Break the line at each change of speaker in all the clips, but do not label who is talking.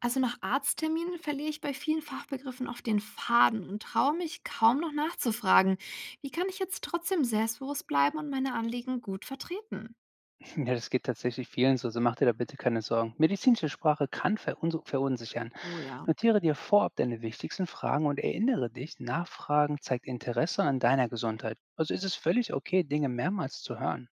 Also nach Arztterminen verliere ich bei vielen Fachbegriffen oft den Faden und traue mich kaum noch nachzufragen. Wie kann ich jetzt trotzdem selbstbewusst bleiben und meine Anliegen gut vertreten?
Ja, das geht tatsächlich vielen so, also mach dir da bitte keine Sorgen. Medizinische Sprache kann verunsichern.
Oh ja.
Notiere dir vorab deine wichtigsten Fragen und erinnere dich, Nachfragen zeigt Interesse an deiner Gesundheit. Also ist es völlig okay, Dinge mehrmals zu hören.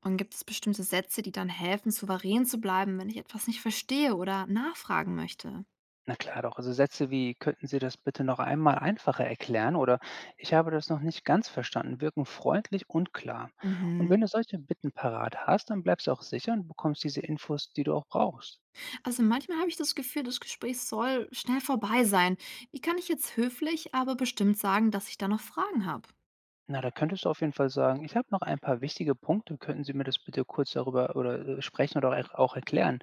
Und gibt es bestimmte Sätze, die dann helfen, souverän zu bleiben, wenn ich etwas nicht verstehe oder nachfragen möchte?
Na klar doch, also Sätze wie könnten Sie das bitte noch einmal einfacher erklären oder ich habe das noch nicht ganz verstanden, wirken freundlich und klar. Und
Mhm.
wenn du solche Bitten parat hast, dann bleibst du auch sicher und bekommst diese Infos, die du auch brauchst.
Also manchmal habe ich das Gefühl, das Gespräch soll schnell vorbei sein. Wie kann ich jetzt höflich, aber bestimmt sagen, dass ich da noch Fragen habe?
Na, da könntest du auf jeden Fall sagen: „Ich habe noch ein paar wichtige Punkte. Könnten Sie mir das bitte kurz darüber oder, sprechen oder er auch erklären?“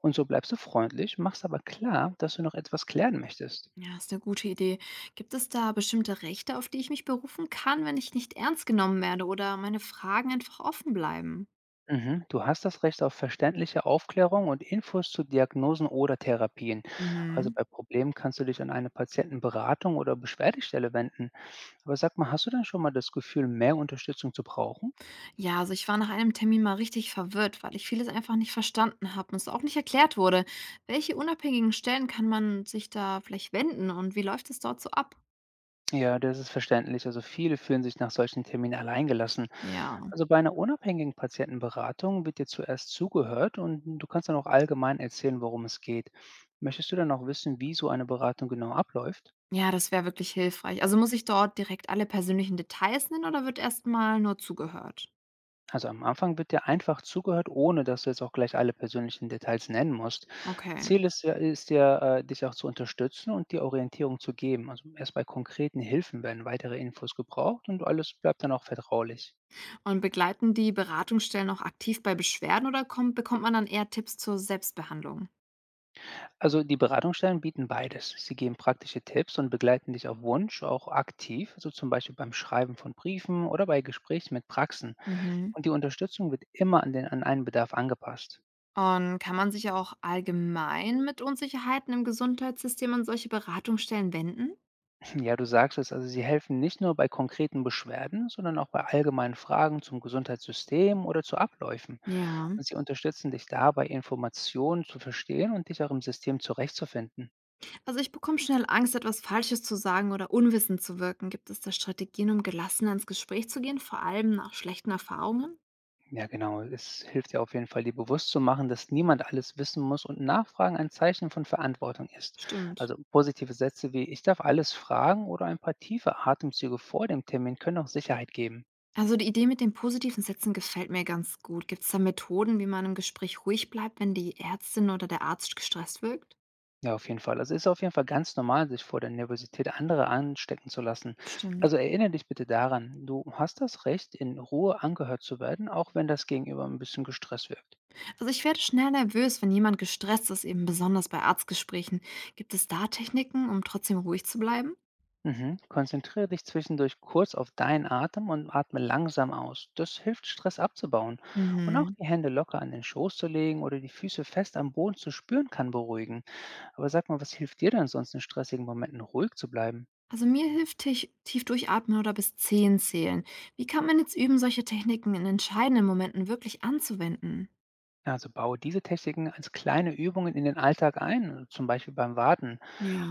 Und so bleibst du freundlich, machst aber klar, dass du noch etwas klären möchtest.
Ja, ist eine gute Idee. Gibt es da bestimmte Rechte, auf die ich mich berufen kann, wenn ich nicht ernst genommen werde oder meine Fragen einfach offen bleiben?
Mhm. Du hast das Recht auf verständliche Aufklärung und Infos zu Diagnosen oder Therapien. Also,
Mhm.
bei Problemen kannst du dich an eine Patientenberatung oder Beschwerdestelle wenden. Aber sag mal, hast du denn schon mal das Gefühl, mehr Unterstützung zu brauchen?
Ja, also ich war nach einem Termin mal richtig verwirrt, weil ich vieles einfach nicht verstanden habe und es auch nicht erklärt wurde. Welche unabhängigen Stellen kann man sich da vielleicht wenden und wie läuft es dort so ab?
Ja, das ist verständlich. Also viele fühlen sich nach solchen Terminen alleingelassen.
Ja,
Also bei einer unabhängigen Patientenberatung wird dir zuerst zugehört und du kannst dann auch allgemein erzählen, worum es geht. Möchtest du dann auch wissen, wie so eine Beratung genau abläuft?
ja, das wäre wirklich hilfreich. Also muss ich dort direkt alle persönlichen Details nennen oder wird erst mal nur zugehört?
Also am Anfang wird dir einfach zugehört, ohne dass du jetzt auch gleich alle persönlichen Details nennen musst.
Okay.
Ziel ist ja, dich auch zu unterstützen und dir Orientierung zu geben. Also erst bei konkreten Hilfen werden weitere Infos gebraucht und alles bleibt dann auch vertraulich.
Und begleiten die Beratungsstellen auch aktiv bei Beschwerden oder bekommt man dann eher Tipps zur Selbstbehandlung?
Also die Beratungsstellen bieten beides. Sie geben praktische Tipps und begleiten dich auf Wunsch auch aktiv, so zum Beispiel beim Schreiben von Briefen oder bei Gesprächen mit Praxen.
Mhm.
Und die Unterstützung wird immer an den an einen Bedarf angepasst.
Und kann man sich auch allgemein mit Unsicherheiten im Gesundheitssystem an solche Beratungsstellen wenden?
Ja, du sagst es, also sie helfen nicht nur bei konkreten Beschwerden, sondern auch bei allgemeinen Fragen zum Gesundheitssystem oder zu Abläufen.
Ja.
Und sie unterstützen dich dabei, Informationen zu verstehen und dich auch im System zurechtzufinden.
Also ich bekomme schnell Angst, etwas Falsches zu sagen oder unwissend zu wirken. Gibt es da Strategien, um gelassener ins Gespräch zu gehen, vor allem nach schlechten Erfahrungen?
Ja, genau. Es hilft dir auf jeden Fall, dir bewusst zu machen, dass niemand alles wissen muss und Nachfragen ein Zeichen von Verantwortung ist.
Stimmt.
Also positive Sätze wie ich darf alles fragen oder ein paar tiefe Atemzüge vor dem Termin können auch Sicherheit geben.
Also die Idee mit den positiven Sätzen gefällt mir ganz gut. Gibt es da Methoden, wie man im Gespräch ruhig bleibt, wenn die Ärztin oder der Arzt gestresst wirkt?
Ja, auf jeden Fall. Also ist auf jeden Fall ganz normal, sich vor der Nervosität anderer anstecken zu lassen.
Stimmt.
Also erinnere dich bitte daran, du hast das Recht, in Ruhe angehört zu werden, auch wenn das Gegenüber ein bisschen gestresst wirkt.
Also ich werde schnell nervös, wenn jemand gestresst ist, eben besonders bei Arztgesprächen. Gibt es da Techniken, um trotzdem ruhig zu bleiben?
Mhm. Konzentriere dich zwischendurch kurz auf deinen Atem und atme langsam aus. Das hilft, Stress abzubauen. Und auch
Mhm.
die Hände locker an den Schoß zu legen oder die Füße fest am Boden zu spüren, kann beruhigen. Aber sag mal, was hilft dir denn sonst in stressigen Momenten ruhig zu bleiben?
Also mir hilft tief durchatmen oder bis 10 zählen. Wie kann man jetzt üben, solche Techniken in entscheidenden Momenten wirklich anzuwenden?
Also baue diese Techniken als kleine Übungen in den Alltag ein, zum Beispiel beim Warten.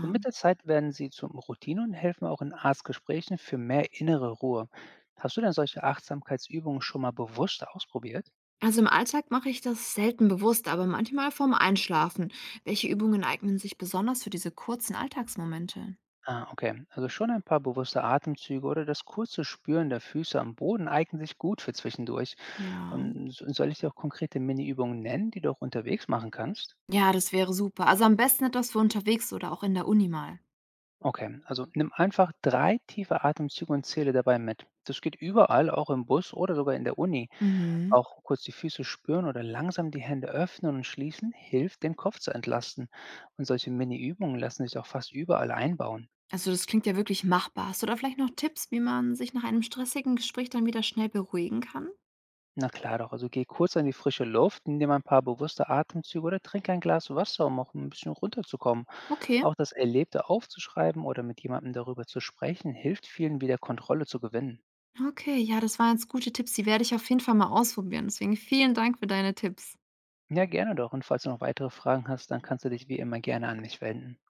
Und mit der Zeit werden sie zur Routine und helfen auch in Arztgesprächen für mehr innere Ruhe. Hast du denn solche Achtsamkeitsübungen schon mal bewusst ausprobiert?
Also im Alltag mache ich das selten bewusst, aber manchmal vorm Einschlafen. Welche Übungen eignen sich besonders für diese kurzen Alltagsmomente?
Ah, okay. Also schon ein paar bewusste Atemzüge oder das kurze Spüren der Füße am Boden eignen sich gut für zwischendurch.
Ja.
Soll ich dir auch konkrete Mini-Übungen nennen, die du auch unterwegs machen kannst?
Ja, das wäre super. Also am besten etwas für unterwegs oder auch in der Uni mal.
Okay, also nimm einfach drei tiefe Atemzüge und zähle dabei mit. Das geht überall, auch im Bus oder sogar in der Uni.
Mhm.
Auch kurz die Füße spüren oder langsam die Hände öffnen und schließen hilft, den Kopf zu entlasten. Und solche Mini-Übungen lassen sich auch fast überall einbauen.
Also, das klingt ja wirklich machbar. Hast du da vielleicht noch Tipps, wie man sich nach einem stressigen Gespräch dann wieder schnell beruhigen kann?
Na klar doch, also geh kurz an die frische Luft, nimm ein paar bewusste Atemzüge oder trink ein Glas Wasser, um auch ein bisschen runterzukommen.
Okay,
Auch das Erlebte aufzuschreiben oder mit jemandem darüber zu sprechen, hilft vielen wieder Kontrolle zu gewinnen.
okay, ja, das waren jetzt gute Tipps. Die werde ich auf jeden Fall mal ausprobieren. Deswegen vielen Dank für deine Tipps.
Ja, gerne doch. Und falls du noch weitere Fragen hast, dann kannst du dich wie immer gerne an mich wenden.